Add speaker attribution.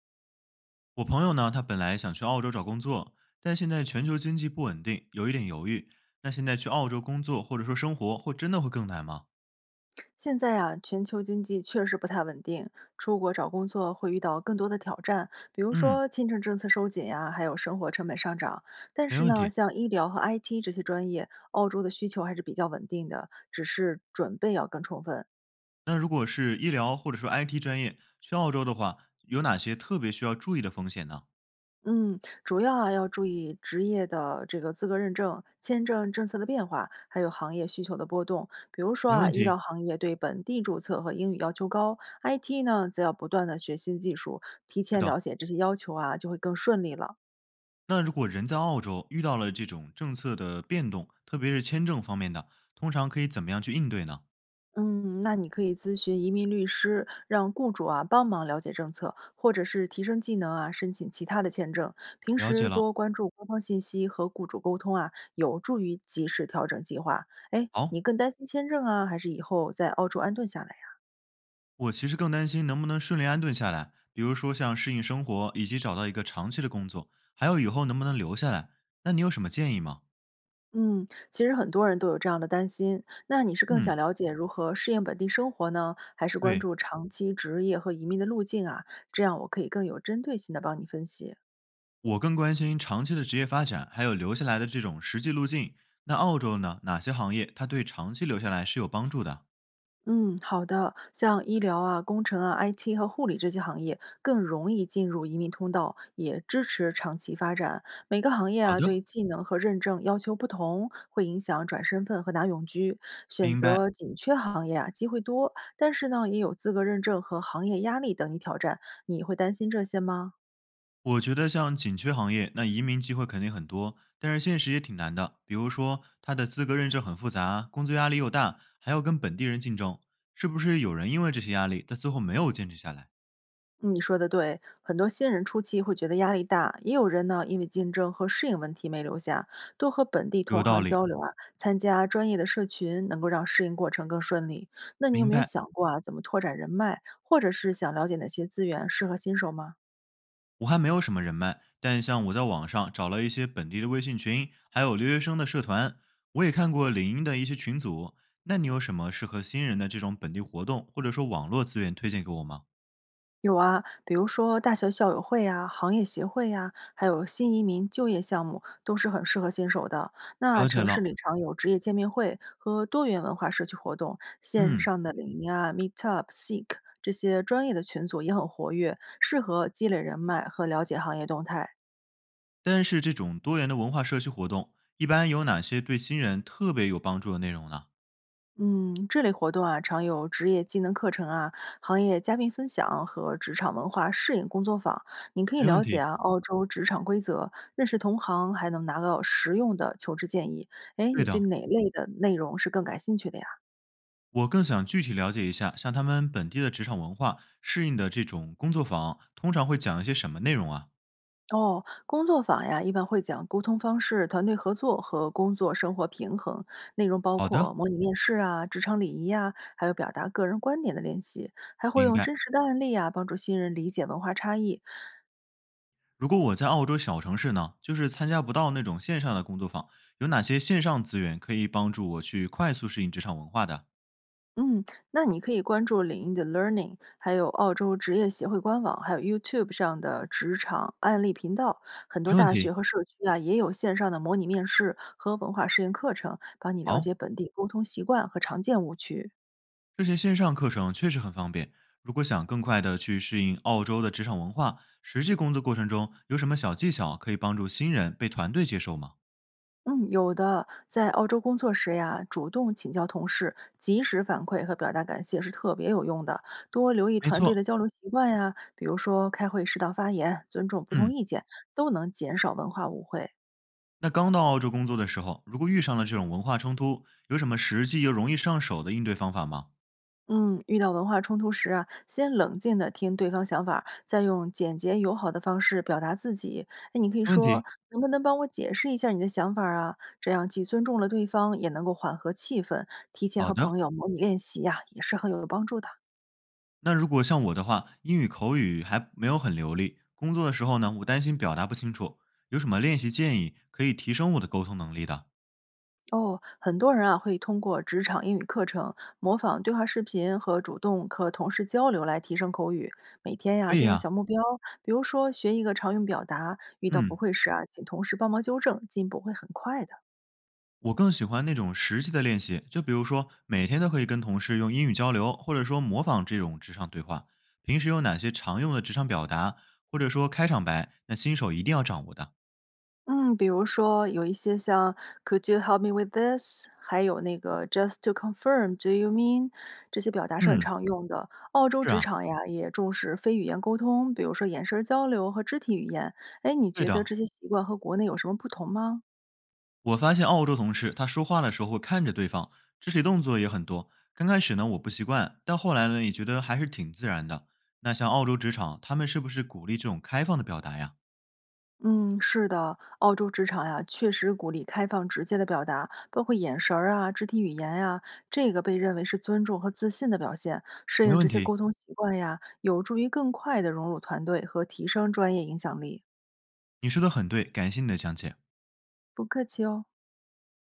Speaker 1: 我朋友呢，他本来想去澳洲找工作，但现在全球经济不稳定，有一点犹豫。那现在去澳洲工作或者说生活，会真的会更难吗？
Speaker 2: 现在呀、全球经济确实不太稳定，出国找工作会遇到更多的挑战，比如
Speaker 1: 嗯，
Speaker 2: 说签证政策收紧呀、还有生活成本上涨。但
Speaker 1: 没
Speaker 2: 是
Speaker 1: 问
Speaker 2: 呢，
Speaker 1: 题。
Speaker 2: 像医疗和 IT 这些专业，澳洲的需求还是比较稳定的，只是准备要更充分。
Speaker 1: 那如果是医疗或者说 IT 专业去澳洲的话，有哪些特别需要注意的风险呢？
Speaker 2: 嗯，主要啊要注意职业的这个资格认证、签证政策的变化，还有行业需求的波动。比如说
Speaker 1: 没
Speaker 2: 啊，
Speaker 1: 问
Speaker 2: 医疗
Speaker 1: 题。
Speaker 2: 行业对本地注册和英语要求高，IT 呢则要不断的学新技术，提
Speaker 1: 是
Speaker 2: 前
Speaker 1: 的。
Speaker 2: 了解这些要求啊，就会更顺利了。
Speaker 1: 那如果人在澳洲遇到了这种政策的变动，特别是签证方面的，通常可以怎么样去应对呢？
Speaker 2: 嗯，那你可以咨询移民律师，让雇主啊帮忙了解政策，或者是提升技能啊，申请其他的签证。平
Speaker 1: 了解
Speaker 2: 时
Speaker 1: 了。
Speaker 2: 多关注官方信息和雇主沟通啊，有助于及时调整计划。哎，你
Speaker 1: 好。
Speaker 2: 更担心签证啊，还是以后在澳洲安顿下来呀、
Speaker 1: 我其实更担心能不能顺利安顿下来，比如说像适应生活，以及找到一个长期的工作，还有以后能不能留下来。那你有什么建议吗？
Speaker 2: 嗯，其实很多人都有这样的担心。那你是更想
Speaker 1: 嗯，
Speaker 2: 了解如何适应本地生活呢，还是关
Speaker 1: 对，
Speaker 2: 注长期职业和移民的路径啊？这样我可以更有针对性的帮你分析。
Speaker 1: 我更关心长期的职业发展，还有留下来的这种实际路径。那澳洲呢？哪些行业它对长期留下来是有帮助的？
Speaker 2: 嗯，好的。像医疗啊、工程啊、IT 和护理这些行业，更容易进入移民通道，也支持长期发展。每个行业
Speaker 1: 好
Speaker 2: 啊，对
Speaker 1: 的，
Speaker 2: 技能和认证要求不同，会影响转身份和拿永居。选
Speaker 1: 明白。
Speaker 2: 择紧缺行业啊，机会多，但是呢，也有资格认证和行业压力等你挑战。你会担心这些吗？
Speaker 1: 我觉得像紧缺行业，那移民机会肯定很多，但是现实也挺难的。比如说，他的资格认证很复杂，工作压力又大，还要跟本地人竞争，是不是有人因为这些压力，但最后没有坚持下来？
Speaker 2: 嗯你说的对，很多新人初期会觉得压力大，也有人呢因为竞争和适应问题没留下。多和本地
Speaker 1: 有
Speaker 2: 同
Speaker 1: 道
Speaker 2: 行
Speaker 1: 理，
Speaker 2: 交流啊，参加专业的社群，能够让适应过程更顺利。那你有
Speaker 1: 明
Speaker 2: 没有
Speaker 1: 白。
Speaker 2: 想过啊，怎么拓展人脉，或者是想了解哪些资源适合新手吗？
Speaker 1: 我还没有什么人脉，但像我在网上找了一些本地的微信群，还有留学生的社团，我也看过领英的一些群组。那你有什么适合新人的这种本地活动，或者说网络资源推荐给我吗？
Speaker 2: 有啊，比如说大学校友会呀、行业协会呀、还有新移民就业项目，都是很适合新手的。那
Speaker 1: 了解
Speaker 2: 城市
Speaker 1: 了，
Speaker 2: 里常有职业见面会和多元文化社区活动，线
Speaker 1: 嗯。
Speaker 2: 上的领英啊、Meetup、Seek 这些专业的群组也很活跃，适合积累人脉和了解行业动态。
Speaker 1: 但是这种多元的文化社区活动，一般有哪些对新人特别有帮助的内容呢？
Speaker 2: 嗯，这类活动啊，常有职业技能课程啊、行业嘉宾分享和职场文化适应工作坊。你可以
Speaker 1: 没问
Speaker 2: 了解
Speaker 1: 题，
Speaker 2: 啊澳洲职场规则，认识同行，还能拿到实用的求职建议。哎，
Speaker 1: 对
Speaker 2: 你对
Speaker 1: 的。
Speaker 2: 哪类的内容是更感兴趣的呀？
Speaker 1: 我更想具体了解一下，像他们本地的职场文化适应的这种工作坊，通常会讲一些什么内容啊？
Speaker 2: 哦，工作坊呀，一般会讲沟通方式、团队合作和工作生活平衡，内容包
Speaker 1: 好
Speaker 2: 括
Speaker 1: 的，
Speaker 2: 模拟面试啊、职场礼仪呀，还有表达个人观点的练习，还会
Speaker 1: 明
Speaker 2: 用
Speaker 1: 白。
Speaker 2: 真实的案例啊，帮助新人理解文化差异，
Speaker 1: 如果我在澳洲小城市呢，就是参加不到那种线上的工作坊，有哪些线上资源可以帮助我去快速适应职场文化的？
Speaker 2: 嗯，那你可以关注领英的 Learning，还有澳洲职业协会官网，还有 YouTube 上的职场案例频道。很多
Speaker 1: 没问
Speaker 2: 大学
Speaker 1: 题。
Speaker 2: 和社区啊，也有线上的模拟面试和文化实验课程，帮你了
Speaker 1: 好，
Speaker 2: 解本地沟通习惯和常见误区。
Speaker 1: 这些线上课程确实很方便。如果想更快的去适应澳洲的职场文化，实际工作过程中有什么小技巧可以帮助新人被团队接受吗？
Speaker 2: 嗯，有的，在澳洲工作时呀，主动请教同事，及时反馈和表达感谢是特别有用的。多留意
Speaker 1: 没
Speaker 2: 团队
Speaker 1: 错，
Speaker 2: 的交流习惯呀，比如说开会适当发言，尊重不同
Speaker 1: 嗯，
Speaker 2: 意见，都能减少文化误会。
Speaker 1: 那刚到澳洲工作的时候，如果遇上了这种文化冲突，有什么实际又容易上手的应对方法吗？
Speaker 2: 嗯，遇到文化冲突时啊，先冷静的听对方想法儿再用简洁友好的方式表达自己。哎，你可以
Speaker 1: 没问
Speaker 2: 说，
Speaker 1: 题。
Speaker 2: 能不能帮我解释一下你的想法儿啊？这样既尊重了对方，也能够缓和气氛。提前
Speaker 1: 好
Speaker 2: 和
Speaker 1: 的，
Speaker 2: 朋友模拟练习呀、也是很有帮助的。
Speaker 1: 那如果像我的话，英语口语还没有很流利，工作的时候呢，我担心表达不清楚，有什么练习建议可以提升我的沟通能力的？
Speaker 2: 哦，很多人啊会通过职场英语课程、模仿对话视频和主动和同事交流来提升口语。每天呀、
Speaker 1: 可以
Speaker 2: 定个
Speaker 1: 呀、
Speaker 2: 小目标，比如说学一个常用表达，遇到不
Speaker 1: 嗯，
Speaker 2: 会时啊，请同事帮忙纠正，进步会很快的。
Speaker 1: 我更喜欢那种实际的练习，就比如说每天都可以跟同事用英语交流，或者说模仿这种职场对话。平时有哪些常用的职场表达，或者说开场白，那新手一定要掌握的？
Speaker 2: 嗯，比如说有一些像 “Could you help me with this”，还有那个 “Just to confirm, do you mean”，这些表达是很
Speaker 1: 嗯，
Speaker 2: 常用的。澳洲
Speaker 1: 是
Speaker 2: 职
Speaker 1: 啊，
Speaker 2: 场呀，也重视非语言沟通，比如说眼神儿交流和肢体语言。哎，你
Speaker 1: 对
Speaker 2: 觉
Speaker 1: 的。
Speaker 2: 得这些习惯和国内有什么不同吗？
Speaker 1: 我发现澳洲同事他说话的时候会看着对方，肢体动作也很多。刚开始呢我不习惯，但后来呢也觉得还是挺自然的。那像澳洲职场，他们是不是鼓励这种开放的表达呀？
Speaker 2: 嗯，是的，澳洲职场呀，确实鼓励开放直接的表达，包括眼神儿啊、肢体语言呀，这个被认为是尊重和自信的表现。适
Speaker 1: 没
Speaker 2: 应这
Speaker 1: 问
Speaker 2: 些
Speaker 1: 题，
Speaker 2: 沟通习惯呀，有助于更快的融入团队和提升专业影响力。
Speaker 1: 你说的很对，感谢你的讲解。
Speaker 2: 不客气哦。